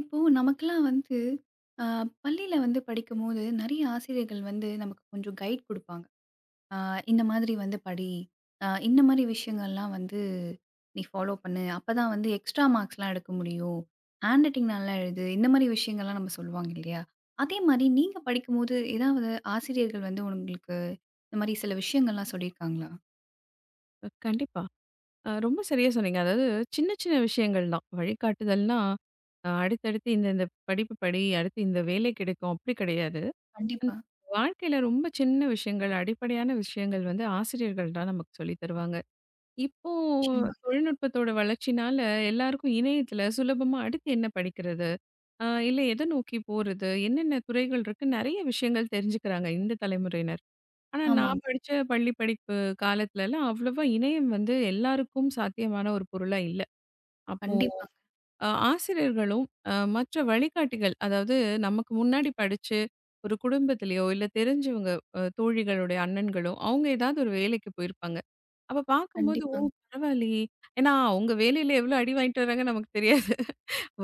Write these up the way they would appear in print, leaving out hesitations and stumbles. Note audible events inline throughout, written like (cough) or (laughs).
இப்போ நமக்கெல்லாம் வந்து ஆ, பள்ளியில வந்து படிக்கும்போது நிறைய ஆசிரியர்கள் வந்து நமக்கு கொஞ்சம் கைட் குடுப்பாங்க. ஆ, இந்த மாதிரி வந்து படி. இந்த மாதிரி விஷயங்கள்லாம் வந்து நீ ஃபாலோ பண்ணு. அப்பதான் வந்து எக்ஸ்ட்ரா மார்க்ஸ்லாம் எடுக்க முடியும். ஹேண்ட் ரைட்டிங் நல்லா எழுது. இந்த மாதிரி விஷயங்கள்லாம் நம்ம சொல்லுவாங்க இல்லையா? அதே மாதிரி நீங்க படிக்கும்போது ஏதாவது ஆசிரியர்கள் வந்து உங்களுக்கு இந்த மாதிரி சில விஷயங்கள்லாம் சொல்லியிருக்காங்களா? கண்டிப்பா. ரொம்ப சரியா சொன்னீங்க. அதாவது சின்ன சின்ன விஷயங்கள் தான். வழிகாட்டுதல்னா, அடுத்தடுத்து இந்த இந்த படிப்பு படி, அடுத்து இந்த வேலை கிடைக்கும் அப்படி கிடையாது. அந்த கண்டிப்பா. வாழ்க்கையில ரொம்ப சின்ன விஷயங்கள், அடிப்படையான விஷயங்கள் வந்து ஆசிரியர்கள் தான் நமக்கு சொல்லி தருவாங்க. இப்போ நிச்சயமா. தொழில்நுட்பத்தோட வளர்ச்சினால எல்லாருக்கும் இணையத்துல சுலபமா அடுத்து என்ன படிக்கிறது? இல்ல எத நோக்கி போறது? என்னென்ன துறைகள் இருக்கு? நெறைய விஷயங்கள் தெரிஞ்சுக்கிறாங்க இந்த தலைமுறையினர். ஆனா, நான் ஆமாங்க. படிச்ச பள்ளி படிப்பு காலத்துலலாம் அவ்வளவா இணையம் வந்து எல்லாருக்கும் சாத்தியமான ஒரு பொருளா இல்ல. அப்போ கண்டிப்பாங்க, ஆசிரியர்களும், மற்ற வழிகாட்டிகள், அதாவது நமக்கு முன்னாடி படிச்சு ஒரு குடும்பத்திலயோ, இல்ல தெரிஞ்சவங்க தோழிகளுடைய அண்ணன்களோ, அவங்க ஏதாவது ஒரு வேலைக்கு போயிருப்பாங்க. அப்ப பார்க்கும்போது, "ஓ! கண்டிப்பாங்க. பரவாயில்லயே!" ஏன்னா அவங்க வேலையில எவ்வளோ அடி வாங்கிட்டு வராங்கன்னு நமக்கு தெரியாது.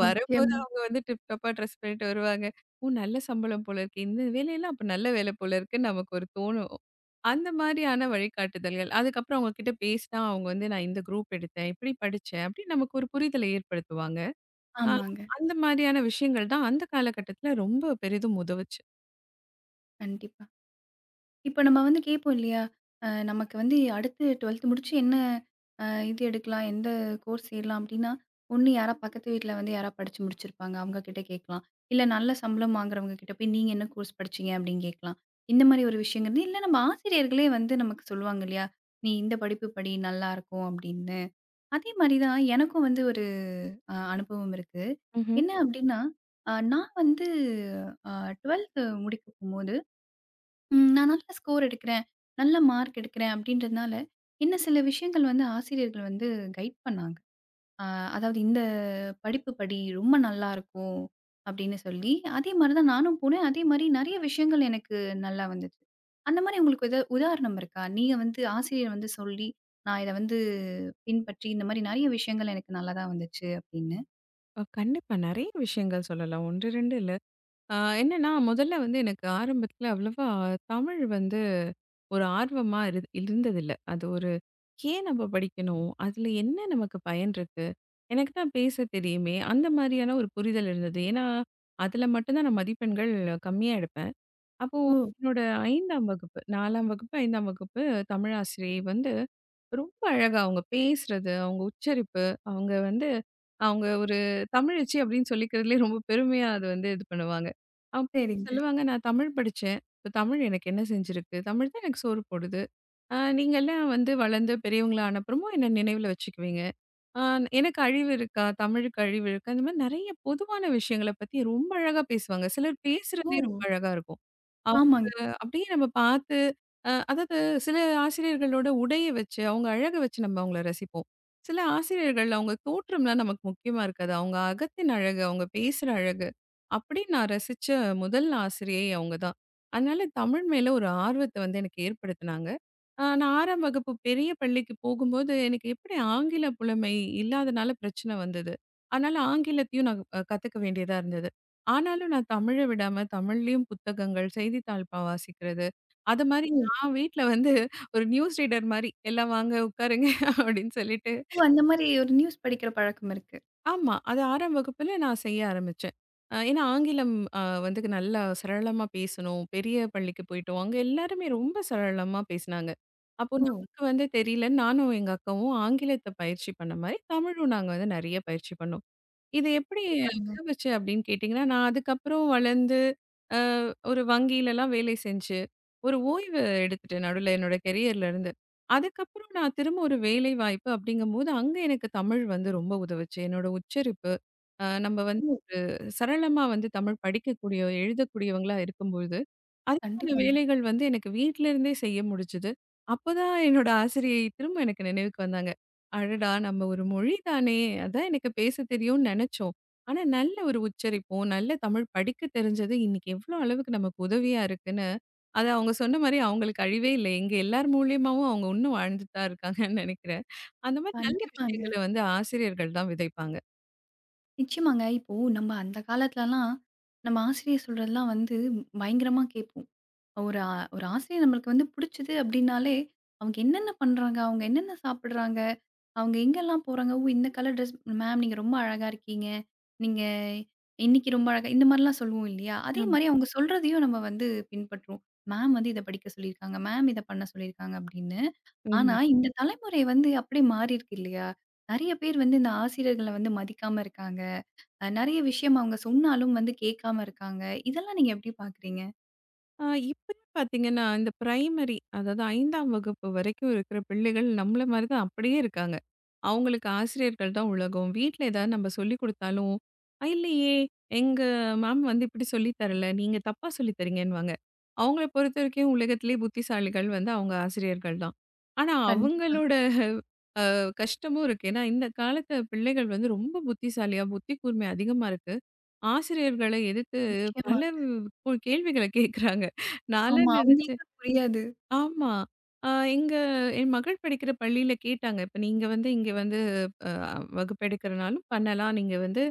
வரும்போது நிச்சயமா. அவங்க வந்து டிப் டாப்பா ட்ரெஸ் பண்ணிட்டு வருவாங்க. "ஓ! நல்ல சம்பளம் போல இருக்கு. இந்த வேலையெல்லாம் அப்ப நல்ல வேலை போல இருக்குன்னு" நமக்கு ஒரு தோணும். அந்த மாதிரியான வழிகாட்டுதல்கள். அதுக்கப்புறம் அவங்க கிட்ட பேசினா அவங்க வந்து நான் இந்த குரூப் எடுத்தேன், இப்படி படிச்சேன் அப்படின்னு நமக்கு ஒரு புரிதலை ஏற்படுத்துவாங்க. அ ஆமாங்க. அந்த மாதிரியான விஷயங்கள் தான் அந்த காலகட்டத்தில ரொம்ப பெரிதும் உதவுச்சு. கண்டிப்பா. இப்ப நம்ம வந்து கேட்போம் இல்லையா? நமக்கு வந்து அடுத்து 12த் முடிச்சு என்ன இது எடுக்கலாம்? எந்த கோர்ஸ் சேரலாம்? அப்டின்னா, ஒண்ணு யாரா பக்கத்து வீட்ல வந்து யாரா படிச்சு முடிச்சிருப்பாங்க. அவங்க கிட்ட கேட்கலாம். இல்ல நல்ல சம்பளம் வாங்குறவங்க கிட்ட போய் நீங்க என்ன கோர்ஸ் படிச்சீங்க? அப்டின்னு கேட்கலாம். இந்த மாரி ஒரு விஷயங்கிறது இல்ல நம்ம ஆசிரியர்களே வந்து நமக்கு சொல்லுவாங்க இல்லையா? நீ இந்த படிப்பு படி நல்லாருக்கும் அப்டின்னு. அதே மாரி தான் எனக்கும் வந்து ஒரு அனுபவம் இருக்கு. ம்ஹ்ம். என்ன சொல்லுங்க. அப்டின்னா, நான் வந்து அ 12த் முடிக்க போம்போது ம். நான் நல்ல ஸ்கோர் எடுக்கிறேன். நல்ல மார்க் எடுக்கிறேன் அப்படின்றதுனால, என்ன சில விஷயங்கள் வந்து ஆசிரியர்கள் வந்து கைட் பண்ணாங்க. அ அதாவது இந்த படிப்பு படி ரொம்ப நல்லாருக்கும் அப்படின்னு சொல்லி, அதே மாரி தான் நானும் போனேன். அதே மாரி நெறைய விஷயங்கள் எனக்கு நல்லா வந்துச்சு. அந்த மாரி உங்களுக்கு எதா உதாரணம் இருக்கா? நீங்க வந்து ஆசிரியர் வந்து சொல்லி, நான் இத வந்து பின்பற்றி இந்த மாரி நெறைய விஷயங்கள் எனக்கு நல்லா தான் வந்துச்சு அப்படின்னு. கண்டிப்பா நெறைய விஷயங்கள் சொல்லலாம். 1, 2 இல்ல. அ என்னன்னா முதல்ல வந்து எனக்கு ஆரம்பத்தில அவ்வளவா தமிழ் வந்து ஒரு ஆர்வமா இருந்ததில்ல. அது ஒரு ஏன் நம்ம படிக்கணும்? அதுல என்ன நமக்கு பயன் இருக்கு? எனக்கு தான் பேச தெரியுமே! அந்த மாதிரியான ஒரு புரிதல் இருந்தது. ஏன்னா, அதுல மட்டும் தான் நான் மதிப்பெண்கள் கம்மியா எடுப்பேன். அப்போ ஓ! என்னோட 5ஆம் வகுப்பு 4ஆம் வகுப்பு, 5ஆம் வகுப்பு தமிழாசிரியை வந்து ரொம்ப அழகா அவங்க பேசுறது, அவங்க உச்சரிப்பு, அவங்க வந்து அவங்க ஒரு தமிழச்சி அப்படின்னு சொல்லிக்கிறதுலயே ரொம்ப பெருமையா அது வந்து இது பண்ணுவாங்க. அவங்க சரிங்க. சொல்லுவாங்க, "நான் தமிழ் படிச்சேன். இப்ப தமிழ் எனக்கு என்ன செஞ்சிருக்கு? தமிழ் தான் எனக்கு சோறு போடுது. நீங்கலாம் வந்து வளர்ந்து பெரியவங்களா ஆனப்புறமும் என்ன நினைவுல வச்சுக்குவீங்க." ஆ எனக்கு அழிவு இருக்கா? தமிழுக்கு அழிவு இருக்கா? இந்த மாரி நெறைய பொதுவான விஷயங்கள பத்தி ரொம்ப அழகா பேசுவாங்க. சிலர் ஓ! பேசுறதே ரொம்ப அழகா இருக்கும். அவங்க ஆமாங்க. அப்படியே நம்ம பார்த்து அதாவது சில ஆசிரியர்களோட உடைய வச்சு, அவங்க அழக வச்சு நம்ம அவங்கள ரசிப்போம். சில ஆசிரியர்கள் அவங்க தோற்றம்லாம் நமக்கு முக்கியமா இருக்காது. அவங்க அகத்தின் அழகு, அவங்க பேசுற அழகு, அப்படின்னு நான் ரசிச்ச முதல் ஆசிரியை அவங்க தான். அதனால தமிழ் மேல ஒரு ஆர்வத்த வந்து எனக்கு ஏற்படுத்துனாங்க. நான் 6ஆம் வகுப்பு பெரிய பள்ளிக்கு போகும்போது, எனக்கு எப்படி ஆங்கில புலமை இல்லாதனால பிரச்சனை வந்தது. அதனால ஆங்கிலத்தையும் நான் கத்துக்க வேண்டியதா இருந்தது. ஆனாலும் நான் தமிழ விடாம தமிழ்லயும் புத்தகங்கள், செய்தித்தாள் ப வாசிக்கிறது. அது மாரி ஓ! நான் வீட்ல வந்து ஒரு நியூஸ் ரீடர் மாரி எல்லாம் வாங்க உட்காருங்க (laughs) அப்படின்னு சொல்லிட்டு ஓ! அந்த மாரி ஒரு நியூஸ் படிக்கிற பழக்கம் இருக்கு. ஆமா. அது 6ஆம் வகுப்புல நான் செய்ய ஆரம்பிச்சேன். ஏன்னா ஆங்கிலம் வந்து நல்லா சரளமா பேசணும். பெரிய பள்ளிக்கு போயிட்டோம். அங்க எல்லாருமே ரொம்ப சரளமா பேசினாங்க. அப்போ ஓ! நமக்கு வந்து தெரியலன்னு நானும், எங்க அக்காவும் ஆங்கிலத்த பயிற்சி பண்ண மாரி, தமிழும் நாங்க வந்து நெறைய பயிற்சி பண்ணோம். இது எப்படி சூப்பருங்க. உதவுச்சு அப்படின்னு கேட்டிங்கன்னா, நான் அதுக்கப்புறம் வளர்ந்து, அ ஒரு வங்கியிலலாம் வேலை செஞ்சு, ஒரு ஓய்வு எடுத்துட்டேன் நடுவுல என்னோட கெரியர்ல இருந்து. அதுக்கப்புறம் நான் திரும்ப ஒரு வேலை வாய்ப்பு அப்படிங்கும்போது, அங்க எனக்கு தமிழ் வந்து ரொம்ப உதவுச்சு. என்னோட உச்சரிப்பு, நம்ம வந்து சரளமா வந்து தமிழ் படிக்கக்கூடிய, எழுதக்கூடியவங்களா இருக்கும்பொழுது அதுக்கான கண்டிப்பாங்க, வேலைகள் வந்து எனக்கு வீட்ல இருந்தே செய்ய முடிஞ்சது. அப்பதான் என்னோட ஆசிரியை திரும்ப எனக்கு நினைவுக்கு வந்தாங்க. "அடடா! நம்ம ஒரு மொழி தானே! அதான் எனக்கு பேசத் தெரியும்னு நெனச்சோம். ஆனா நல்ல ஒரு உச்சரிப்பும், நல்ல தமிழ் படிக்கத் தெரிஞ்சது இன்னைக்கு எவ்ளோ அளவுக்கு நமக்கு உதவியா இருக்குன்னு" அது அவங்க சொன்ன மாரி அவங்களுக்கு அழிவே இல்ல. எங்க எல்லார் மூலியமாவும் அவங்க இன்னும் வாழ்ந்துட்டு தான் இருக்காங்கன்னு நெனைக்கிறேன். அந்த மாரி நல்ல கண்டிப்பாங்க. விஷயங்கள வந்து ஆசிரியர்கள் தான் விதைப்பாங்க. நிச்சயமாங்க. இப்போ நம்ம அந்த காலத்துலலாம், நம்ம ஆசிரியர் சொல்றதெல்லாம் வந்து பயங்கரமா கேட்போம். ஒரு ஆசிரியர் நம்மளுக்கு வந்து புடிச்சது அப்டின்னாலே, அவங்க என்னென்ன பண்றாங்க? அவங்க என்னென்ன சாப்பிடுறாங்க? அவங்க எங்கெல்லாம் போறாங்க? ஓ! இந்த கலர் ட்ரெஸ் மேம் நீங்க ரொம்ப அழகா இருக்கீங்க. நீங்க இன்னைக்கு ரொம்ப அழகா இந்த மாரிலாம் சொல்லுவோம் இல்லையா? அதே ஆமா. மாரி அவங்க சொல்றதையும் நம்ம வந்து பின்பற்றுவோம். மேம் வந்து இத படிக்க சொல்லியிருக்காங்க. மேம் இத பண்ண சொல்லியிருக்காங்க அப்டின்னு. ஆனா, ம். இந்த தலைமுறை வந்து அப்படியே மாறியிருக்கு இல்லையா? நெறைய பேர் வந்து இந்த ஆசிரியர்கள வந்து மதிக்காம இருக்காங்க. நெறைய விஷயம் அவங்க சொன்னாலும் வந்து கேட்காம இருக்காங்க. இதெல்லாம் நீங்க எப்படி பார்க்குறீங்க? ஆ இப்பயே பார்த்தீங்கன்னா, இந்த பிரைமரி அதாவது 5ஆம் வகுப்பு வரைக்கும் இருக்கிற பிள்ளைகள் நம்மள மாரி தான் அப்படியே இருக்காங்க. அவங்களுக்கு ஆசிரியர்கள் தான் உலகம். வீட்ல ஏதாவது நம்ம சொல்லிக் குடுத்தாலும், இல்லையே, எங்க மேம் வந்து இப்படி சொல்லி தரல. நீங்க தப்பா சொல்லி தரீங்கன்னுவாங்க." அவங்கள பொறுத்தவரைக்கும் உலகத்திலேயே புத்திசாலிகள் வந்து அவங்க ஆசிரியர்கள் தான். ஆனா கண்டிப்பா. அவங்களோட கஷ்டமும் இருக்கு. ஏன்னா, இந்த காலத்து பிள்ளைகள் வந்து ரொம்ப புத்திசாலியா, புத்தி கூர்மை அதிகமா இருக்கு. ஆசிரியர்கள எதிர்த்து நிச்சயமா. பல கேள்விகள கேட்குறாங்க. நான்லாம் ஆமா. நெனச்சேன். அவங்களுக்கு புரியாது. ஆமா. அ எங்க என் மகள் படிக்கிற பள்ளியில கேட்டாங்க. இப்ப நீங்க வந்து இங்க வந்து அ வகுப்பெடுக்கிறனாலும் பண்ணலாம். நீங்க வந்து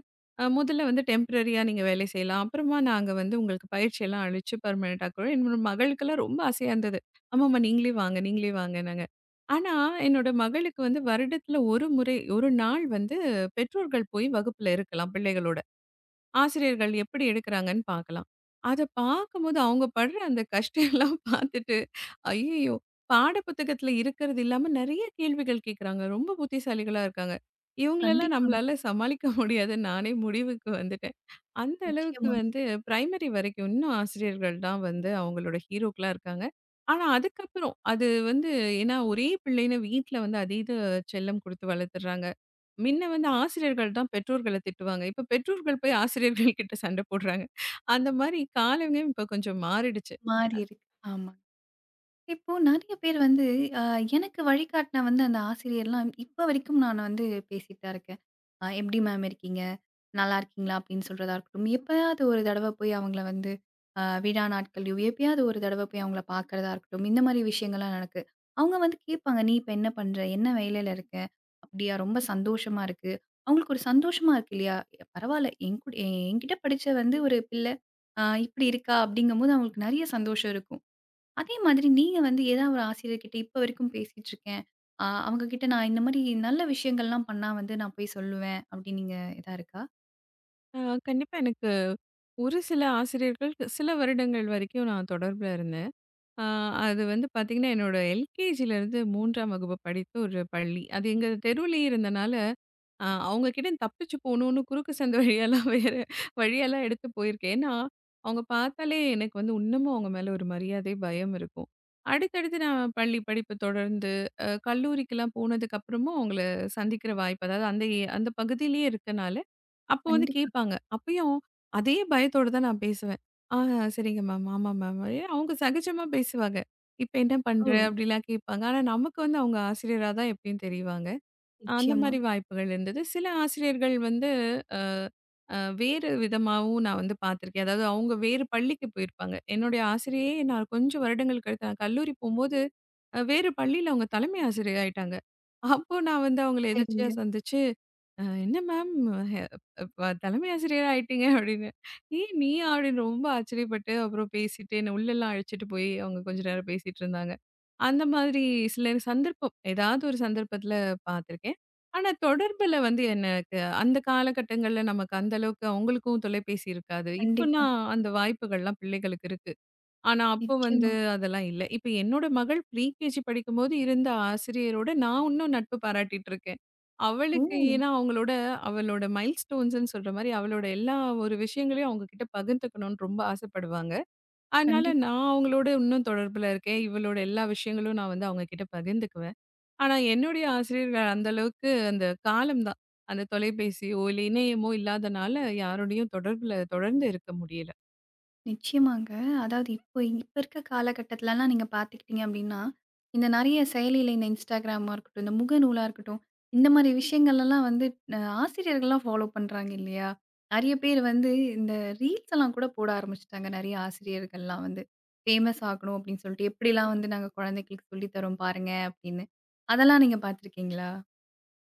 முதல்ல வந்து டெம்பரரியா நீங்க வேலை செய்யலாம். அப்புறமா நாங்க வந்து உங்களுக்கு பயிற்சியெல்லாம் அளிச்சு பெர்மனன்ட் ஆக்குறோம். என்னோட மகளுக்கெல்லாம் ரொம்ப ஆசையா இருந்தது. ஆமாம்மா நீங்களே வாங்க, நீங்களே வாங்கன்னாங்க. ஆனா, என்னோட மகளுக்கு வந்து வருடத்துல ஒரு முறை, ஒரு நாள் வந்து பெற்றோர்கள் போய் வகுப்புல இருக்கலாம் பிள்ளைகளோட. ஆசிரியர்கள் எப்படி எடுக்குறாங்கன்னு பார்க்கலாம். அத பார்க்கும்போது அவங்க படுற அந்த கஷ்டம் எல்லாம் (laughs) பார்த்துட்டு, ஐய்யயோ! பாட புத்தகத்துல இருக்கிறது இல்லாம நெறைய கேள்விகள் கேட்குறாங்க. ரொம்ப புத்திசாலிகளா இருக்காங்க. இவங்களெல்லாம் கண்டிப்பாங்க. நம்மளால சமாளிக்க (laughs) முடியாதுன்னு நானே முடிவுக்கு வந்துட்டேன். அந்த அளவுக்கு நிச்சயமாங்க. வந்து பிரைமரி வரைக்கும் இன்னும் ஆசிரியர்கள் தான் வந்து அவங்களோட ஹீரோக்களா இருக்காங்க. ஆனா அதுக்கப்புறம் அது வந்து ஏன்னா ஒரே பிள்ளைன்னு வீட்ல வந்து அதீத செல்லம் குடுத்து வளர்த்துடுறாங்க. மின்ன வந்து ஆசிரியர்கள் தான் பெற்றோர்கள திட்டுவாங்க. இப்ப பெற்றோர்கள் போய் ஆசிரியர்கள் கிட்ட சண்ட போடுறாங்க. அந்த மாரி காலமே இப்ப கொஞ்சம் மாறிடுச்சு. மாறியிருக்கு. ஆமா. இப்போ நெறைய பேர் வந்து, அ எனக்கு வழிகாட்டுன வந்து அந்த ஆசிரியர்லாம் இப்ப வரைக்கும் நான் வந்து பேசிட்டு தான் இருக்கேன். "எப்டி மேம் இருக்கீங்க? நல்லா இருக்கீங்களா?" அப்படின்னு சொல்றதா இருக்கட்டும். எப்பயாவது ஒரு தடவ போய் அவங்கள வந்து விழா நாட்கள்லயோ, எப்பயாவது ஒரு தடவ போய் அவங்கள பார்க்கறதா இருக்கட்டும். இந்த மாரி விஷயங்கள்லாம் நடக்கு. அவங்க வந்து கேட்பாங்க, "நீ இப்ப என்ன பண்ற? என்ன வேலையில இருக்க? அப்படியா? ரொம்ப சந்தோஷமா இருக்கு." அவங்களுக்கு ஒரு சந்தோஷமா இருக்கு இல்லையா? பரவால்ல என் கூட என்கிட்ட படிச்ச வந்து ஒரு பிள்ளை இப்படி இருக்கா அப்படிங்கும்போது அவங்களுக்கு நெறைய சந்தோஷம் இருக்கும். அதே மாதிரி நீங்க வந்து ஏதாவது ஒரு ஆசிரியர்கிட்ட இப்ப வரைக்கும் பேசிட்டு இருக்கேன். அவங்க கிட்ட நான் இந்த மாரி நல்ல விஷயங்கள்லாம் பண்ணா வந்து நான் போய் சொல்லுவேன் அப்படின்னு நீங்க இதா இருக்கா? அ கண்டிப்பா எனக்கு ஒரு சில ஆசிரியர்கள் சில வருடங்கள் வரைக்கும் நான் தொடர்புல இருந்தேன். ஆ, அது வந்து பார்த்தீங்கன்னா, என்னோட எல்கேஜிலருந்து 3ஆம் வகுப்பு படித்த ஒரு பள்ளி. அது எங்க தெருவுலயே இருந்தனால, அவங்க கிட்ட தப்பிச்சு போணும்னு குறுக்கு சந்து வழியாலாம் (laughs) வேற வழியெல்லாம் எடுத்து போயிருக்கேன். ஏன்னா, அவங்க பார்த்தாலே எனக்கு வந்து இன்னமும் அவங்க மேல ஒரு மரியாதை, பயம் இருக்கும். அடுத்தடுத்து நான் பள்ளி படிப்பு தொடர்ந்து, கல்லூரிக்கெல்லாம் போனதுக்கப்புறமும் அவங்கள சந்திக்கிற வாய்ப்பு, அதாவது அந்த பகுதியிலேயே இருக்கனால, அப்போ வந்து கண்டிப்பா. கேட்பாங்க. அப்பயும் அதே பயத்தோட தான் நான் பேசுவேன். ஆ சரிங்க மேம். ஆமா மேம். அவங்க சகஜமா பேசுவாங்க. இப்ப என்ன பண்ற? ஓ! அப்படிலாம் கேட்பாங்க. ஆனா நமக்கு வந்து அவங்க ஆசிரியரா தான் எப்பயும் தெரிவாங்க. அந்த நிச்சயமா. மாரி வாய்ப்புகள் இருந்தது. சில ஆசிரியர்கள் வந்து வேறு விதமாவும் நான் வந்து பார்த்துருக்கேன். அதாவது அவங்க வேறு பள்ளிக்கு போயிருப்பாங்க. என்னுடைய ஆசிரியையே நான் கொஞ்சம் வருடங்களுக்கு அடுத்து நான் கல்லூரி போம்போது, வேறு பள்ளியில அவங்க தலைமை ஆசிரியர் ஆயிட்டாங்க. அப்போ நான் வந்து அவங்கள எதர்ச்சியா சரிங்க. சந்திச்சு "என்ன மேம் ஹெ ப தலைமை ஆசிரியர் ஆயிட்டீங்க" அப்படின்னு. "ஏன் நீயா?" அப்படின்னு ரொம்ப ஆச்சரியப்பட்டு, அப்புறம் பேசிட்டு என்ன உள்ளலாம் அழைச்சிட்டு போய் அவங்க கொஞ்ச நேரம் பேசிட்டு இருந்தாங்க. அந்த மாதிரி சில சந்தர்ப்பம் ஏதாவது ஒரு சந்தர்ப்பத்தில பார்த்துருக்கேன். ஆனா தொடர்புல வந்து எனக்கு அந்த காலகட்டங்கள்ல நமக்கு அந்த அளவுக்கு அவங்களுக்கும் தொலைபேசி இருக்காது. இப்ப கண்டிப்பா. நான் அந்த வாய்ப்புகள்லாம் பிள்ளைகளுக்கு இருக்கு. ஆனா, அப்போ வந்து நிச்சயமா. அதெல்லாம் இல்ல. இப்ப என்னோட மகள் ப்ரீகேஜி படிக்கும்போது இருந்த ஆசிரியரோட நான் இன்னும் நட்பு பாராட்டிட்டு இருக்கேன். ஓ! அவளுக்கு ஏன்னா அவங்களோட அவளோட மைல்ஸ்டோன்ஸ்ன்னு சொல்ற மாரி அவளோட எல்லா ஒரு விஷயங்களையும் அவங்க கிட்ட பகிர்ந்துக்கணும்னு ரொம்ப ஆசைப்படுவாங்க. அதனால கண்டிப்பா. நான் அவங்களோட இன்னும் தொடர்புல இருக்கேன். இவளோட எல்லா விஷயங்களும் நான் வந்து அவங்க கிட்ட பகிர்ந்துக்குவேன். ஆனா, என்னுடைய ஆசிரியர்கள் அந்த அளவுக்கு அந்த காலம் தான். அந்த தொலைபேசியோ, இல்ல இணையமோ இல்லாதனால யாரோடையும் தொடர்புல தொடர்ந்து இருக்க முடியல. நிச்சயமாங்க. அதாவது இப்போ இப்ப இருக்க காலகட்டத்துலலாம் நீங்க பார்த்துக்கிட்டீங்க அப்படின்னா, இந்த நெறைய செயலியில இந்த Instagramமா இருக்கட்டும், இந்த முகநூலா இருக்கட்டும், இந்த மாரி விஷயங்கள்லலாம் வந்து ஆசிரியர்கள்லாம் ஃபாலோ பண்றாங்க இல்லையா? நெறைய பேர் வந்து இந்த ரீல்ஸ் எல்லாம் கூட போட ஆரம்பிச்சுட்டாங்க நெறைய ஆசிரியர்கள்லாம் வந்து. ஃபேமஸ் ஆகணும் அப்படின்னு சொல்லிட்டு, எப்படிலாம் வந்து நாங்க குழந்தைகளுக்கு சொல்லி தரோம் பாருங்க அப்படின்னு. அதெல்லாம் நீங்க பார்த்துருக்கீங்களா?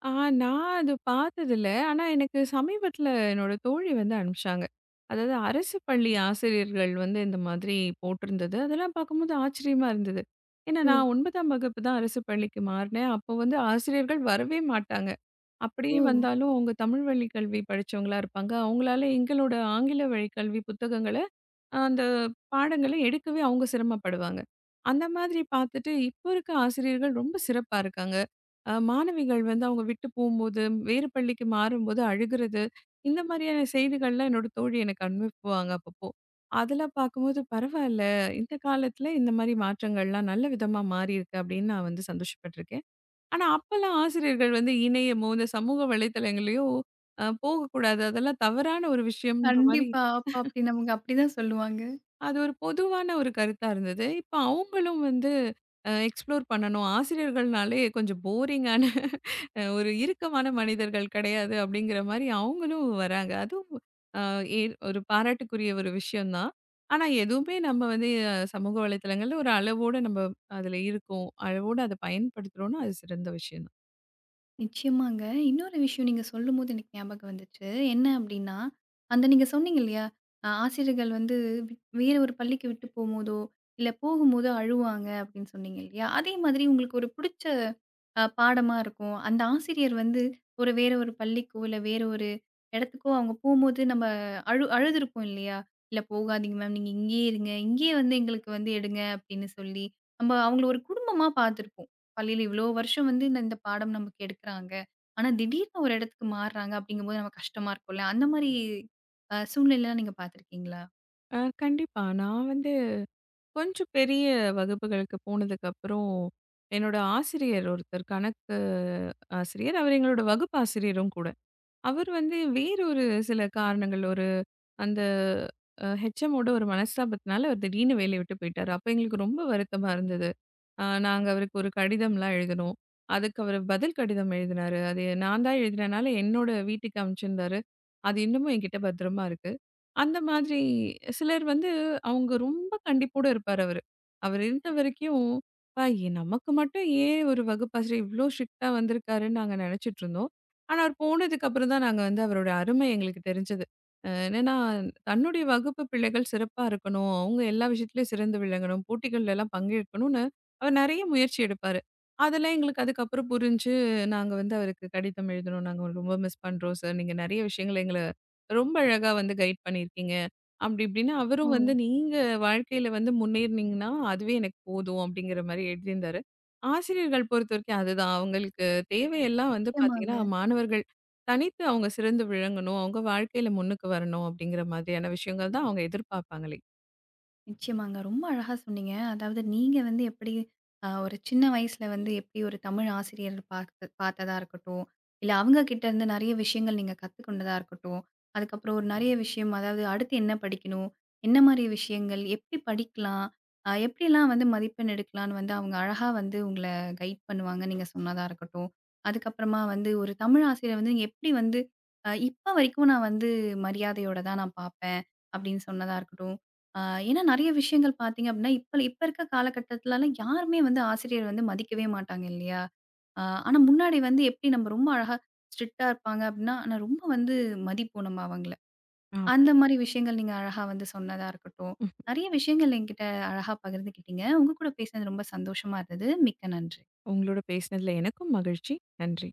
ஆ நான் அது பார்த்ததில்ல. ஆனா எனக்கு சமீபத்தில என்னோட தோழி வந்து அனுப்பிச்சாங்க. அதாவது அரசு பள்ளி ஆசிரியர்கள் வந்து இந்த மாதிரி போட்டிருந்தது. அதெல்லாம் பார்க்கும்போது ஆச்சரியமா இருந்தது. ஏன்னா ஓ! நான் 9ஆம் வகுப்பு தான் அரசு பள்ளிக்கு மாறினேன். அப்போ வந்து ஆசிரியர்கள் வரவே மாட்டாங்க. ஓ! அப்படியே வந்தாலும் அவங்க தமிழ் வழிக் கல்வி படிச்சவங்களா இருப்பாங்க. அவங்களால எங்களோட ஆங்கில வழிக் கல்வி புத்தகங்கள அந்த பாடங்கள எடுக்கவே அவங்க சிரமப்படுவாங்க. அந்த மாதிரி பார்த்துட்டு, இப்போ இருக்க ஆசிரியர்கள் ரொம்ப சிறப்பா இருக்காங்க. மாணவிகள் வந்து அவங்க விட்டு போம்போது, வேறு பள்ளிக்கு மாறும்போது அழுகுறது, இந்த மாதிரியான செய்திகள்லாம் என்னோட தோழி எனக்கு அனுப்புவாங்க அப்பப்போ. அதெல்லாம் பார்க்கும்போது பரவால்ல, இந்த காலத்துல இந்த மாரி மாற்றங்கள்லாம் நல்ல விதமா மாறியிருக்கு அப்படின்னு நான் வந்து சந்தோஷப்பட்டுருக்கேன். ஆனா அப்பலாம் ஆசிரியர்கள் வந்து இணையமோ, இந்த சமூக வலைதளங்களையோ போகக்கூடாது. அதெல்லாம் தவறான ஒரு விஷயம்ன்ற மாரி கண்டிப்பா. அப்ப அப்படி நமக்கு அப்படிதான் சொல்லுவாங்க. அது ஒரு பொதுவான ஒரு கருத்தா இருந்தது. இப்ப அவங்களும் வந்து எக்ஸ்ப்ளோர் பண்ணணும். ஆசிரியர்கள்னாலே கொஞ்சம் போரிங்கான ஒரு இறுக்கமான மனிதர்கள் கிடையாது அப்படிங்கிற மாரி அவங்களும் வராங்க. அதுவும் அ எ ஒரு பாராட்டுக்குரிய ஒரு விஷயம் தான். ஆனா எதுவுமே நம்ம வந்து சமூக வலைதளங்கள்ல ஒரு அளவோட நம்ம அதுல இருக்கோம். அளவோட அத பயன்படுத்துறோம்னா அது சிறந்த விஷயம் தான். நிச்சயமாங்க. இன்னொரு விஷயம் நீங்க சொல்லும்போது எனக்கு ஞாபகம் வந்துச்சு. என்ன அப்டின்னா, அந்த நீங்க சொன்னீங்க இல்லையா? ஆசிரியர்கள் வந்து வேற ஒரு பள்ளிக்கு விட்டு போம்போதோ, இல்ல போகும்போதோ அழுவாங்க அப்டின்னு சொன்னீங்க இல்லையா? அதே மாதிரி உங்களுக்கு ஒரு புடிச்ச பாடமா இருக்கும். அந்த ஆசிரியர் வந்து ஒரு வேற ஒரு பள்ளிக்கோ, இல்ல வேற ஒரு இடத்துக்கோ அவங்க போம்போது நம்ம அழுதுருப்போம் இல்லையா? "இல்ல போகாதீங்க மேம். நீங்க இங்கேயே இருங்க. இங்கேயே வந்து எங்களுக்கு வந்து எடுங்க" அப்டின்னு சொல்லி, நம்ம அவங்கள ஒரு குடும்பமா பார்த்துருப்போம். பள்ளியில இவ்வளோ வருஷம் வந்து இந்த இந்த பாடம் நமக்கு எடுக்குறாங்க. ஆனா திடீர்னு ஒரு இடத்துக்கு மாறுறாங்க அப்படிங்கும்போது நமக்கு கஷ்டமா இருக்கும்ல. அந்த மாரி சூழ்நிலைலாம் நீங்க பார்த்துருக்கீங்களா? கண்டிப்பா. நான் வந்து கொஞ்சம் பெரிய வகுப்புகளுக்கு போனதுக்கப்புறம், என்னோட ஆசிரியர் ஒருத்தர் கணக்கு ஆசிரியர். அவர் எங்களோட வகுப்பு ஆசிரியரும் கூட. அவர் வந்து வேறு ஒரு சில காரணங்கள், ஒரு அந்த ஹெச்எம்மோட ஒரு மனஸ்தாபத்தினால அவர் திடீர்னு வேலைய விட்டு போயிட்டாரு. அப்ப எங்களுக்கு ரொம்ப வருத்தமா இருந்தது. நாங்க அவருக்கு ஒரு கடிதம்லாம் எழுதினோம். அதுக்கு அவரு பதில் கடிதம் எழுதினாரு. அது நான் தான் எழுதினனால என்னோட வீட்டுக்கு அனுப்பிச்சிருந்தாரு. அது இன்னமும் என்கிட்ட பத்திரமா இருக்கு. அந்த மாதிரி சிலர் வந்து அவங்க ரொம்ப கண்டிப்போட இருப்பாரு அவரு. அவர் இருந்த வரைக்கும், "அப்பா நமக்கு மட்டும் ஏன் ஒரு வகுப்பாசிரியர் இவ்ளோ ஸ்ட்ரிக்ட்டா வந்திருக்காருன்னு" நாங்க நெனச்சிட்டு இருந்தோம். ஆனா அவர் போனதுக்கு அப்புறம் தான் நாங்க வந்து அவரோட அருமை எங்களுக்கு தெரிஞ்சது. என்னன்னா தன்னுடைய வகுப்பு பிள்ளைகள் சிறப்பா இருக்கணும். அவங்க எல்லா விஷயத்துலயும் சிறந்து விளங்கணும். போட்டிகள்லலாம் பங்கேற்கணும். அவர் நெறைய முயற்சி எடுப்பாரு. அதெல்லாம் எங்களுக்கு அதுக்கப்புறம் புரிஞ்சு, நாங்க வந்து அவருக்கு கடிதம் எழுதுனோம். "நாங்க உங்கள ரொம்ப மிஸ் பண்றோம் சார். நீங்க நெறைய விஷயங்கள எங்கள ரொம்ப அழகா வந்து கைட் பண்ணியிருக்கீங்க." அப்படி இப்படின்னு ஓ! அவரும் வந்து, "நீங்க வாழ்க்கையில வந்து முன்னேறுனீங்கன்னா, அதுவே எனக்கு போதும்." அப்படிங்கிற மாரி எழுதியிருந்தாரு. ஆசிரியர்கள் பொறுத்தவரைக்கும் அதுதான். அவங்களுக்கு தேவையெல்லாம் வந்து பார்த்தீங்கன்னா, நிச்சயமாங்க. மாணவர்கள் தனித்து அவங்க சிறந்து விளங்கணும். அவங்க வாழ்க்கையில முன்னுக்கு வரணும் அப்படிங்கிற மாதிரியான விஷயங்கள் தான் அவங்க எதிர்பார்ப்பாங்களே. நிச்சயமாங்க. ரொம்ப அழகா சொன்னீங்க. அதாவது நீங்க வந்து எப்படி ஒரு சின்ன வயசுல வந்து எப்படி ஒரு தமிழ் ஆசிரியர் பார்த்து பார்த்ததா இருக்கட்டும், இல்ல அவங்க கிட்ட இருந்து நெறைய விஷயங்கள் நீங்க கத்துக்கொண்டதா இருக்கட்டும், அதுக்கப்புறம் ஒரு நெறைய விஷயம் அதாவது அடுத்து என்ன படிக்கணும்? என்ன மாரி விஷயங்கள்? எப்படி படிக்கலாம்? எப்படிலாம் வந்து மதிப்பெண் எடுக்கலான்னு வந்து அவங்க அழகா வந்து உங்கள கைட் பண்ணுவாங்க, நீங்க சொன்னதா இருக்கட்டும். அதுக்கப்புறமா வந்து ஒரு தமிழ் ஆசிரியர் வந்து நீங்க எப்படி வந்து இப்ப வரைக்கும் நான் வந்து மரியாதையோட தான் நான் பார்ப்பேன் அப்படின்னு சொன்னதா இருக்கட்டும். ஆ ஏன்னா நெறைய விஷயங்கள் பார்த்தீங்க அப்படின்னா, இப்ப இப்ப இருக்க காலகட்டத்துலலாம் யாருமே வந்து ஆசிரியர் வந்து மதிக்கவே மாட்டாங்க இல்லையா? ஆனா முன்னாடி வந்து எப்படி நம்ம ரொம்ப அழகா ஸ்ட்ரிக்ட்டா இருப்பாங்க அப்படின்னா, ஆனா ரொம்ப வந்து மதிப்போம் நம்ம அவங்கள. ஆம். அந்த மாரி விஷயங்கள் நீங்க அழகா வந்து சொன்னதா இருக்கட்டும். ம். நெறைய விஷயங்கள் என்கிட்ட அழகா பகிர்ந்துக்கிட்டீங்க. உங்க கூட பேசினது ரொம்ப சந்தோஷமா இருந்தது. மிக்க நன்றி. உங்களோட பேசினதுல எனக்கும் மகிழ்ச்சி. நன்றி.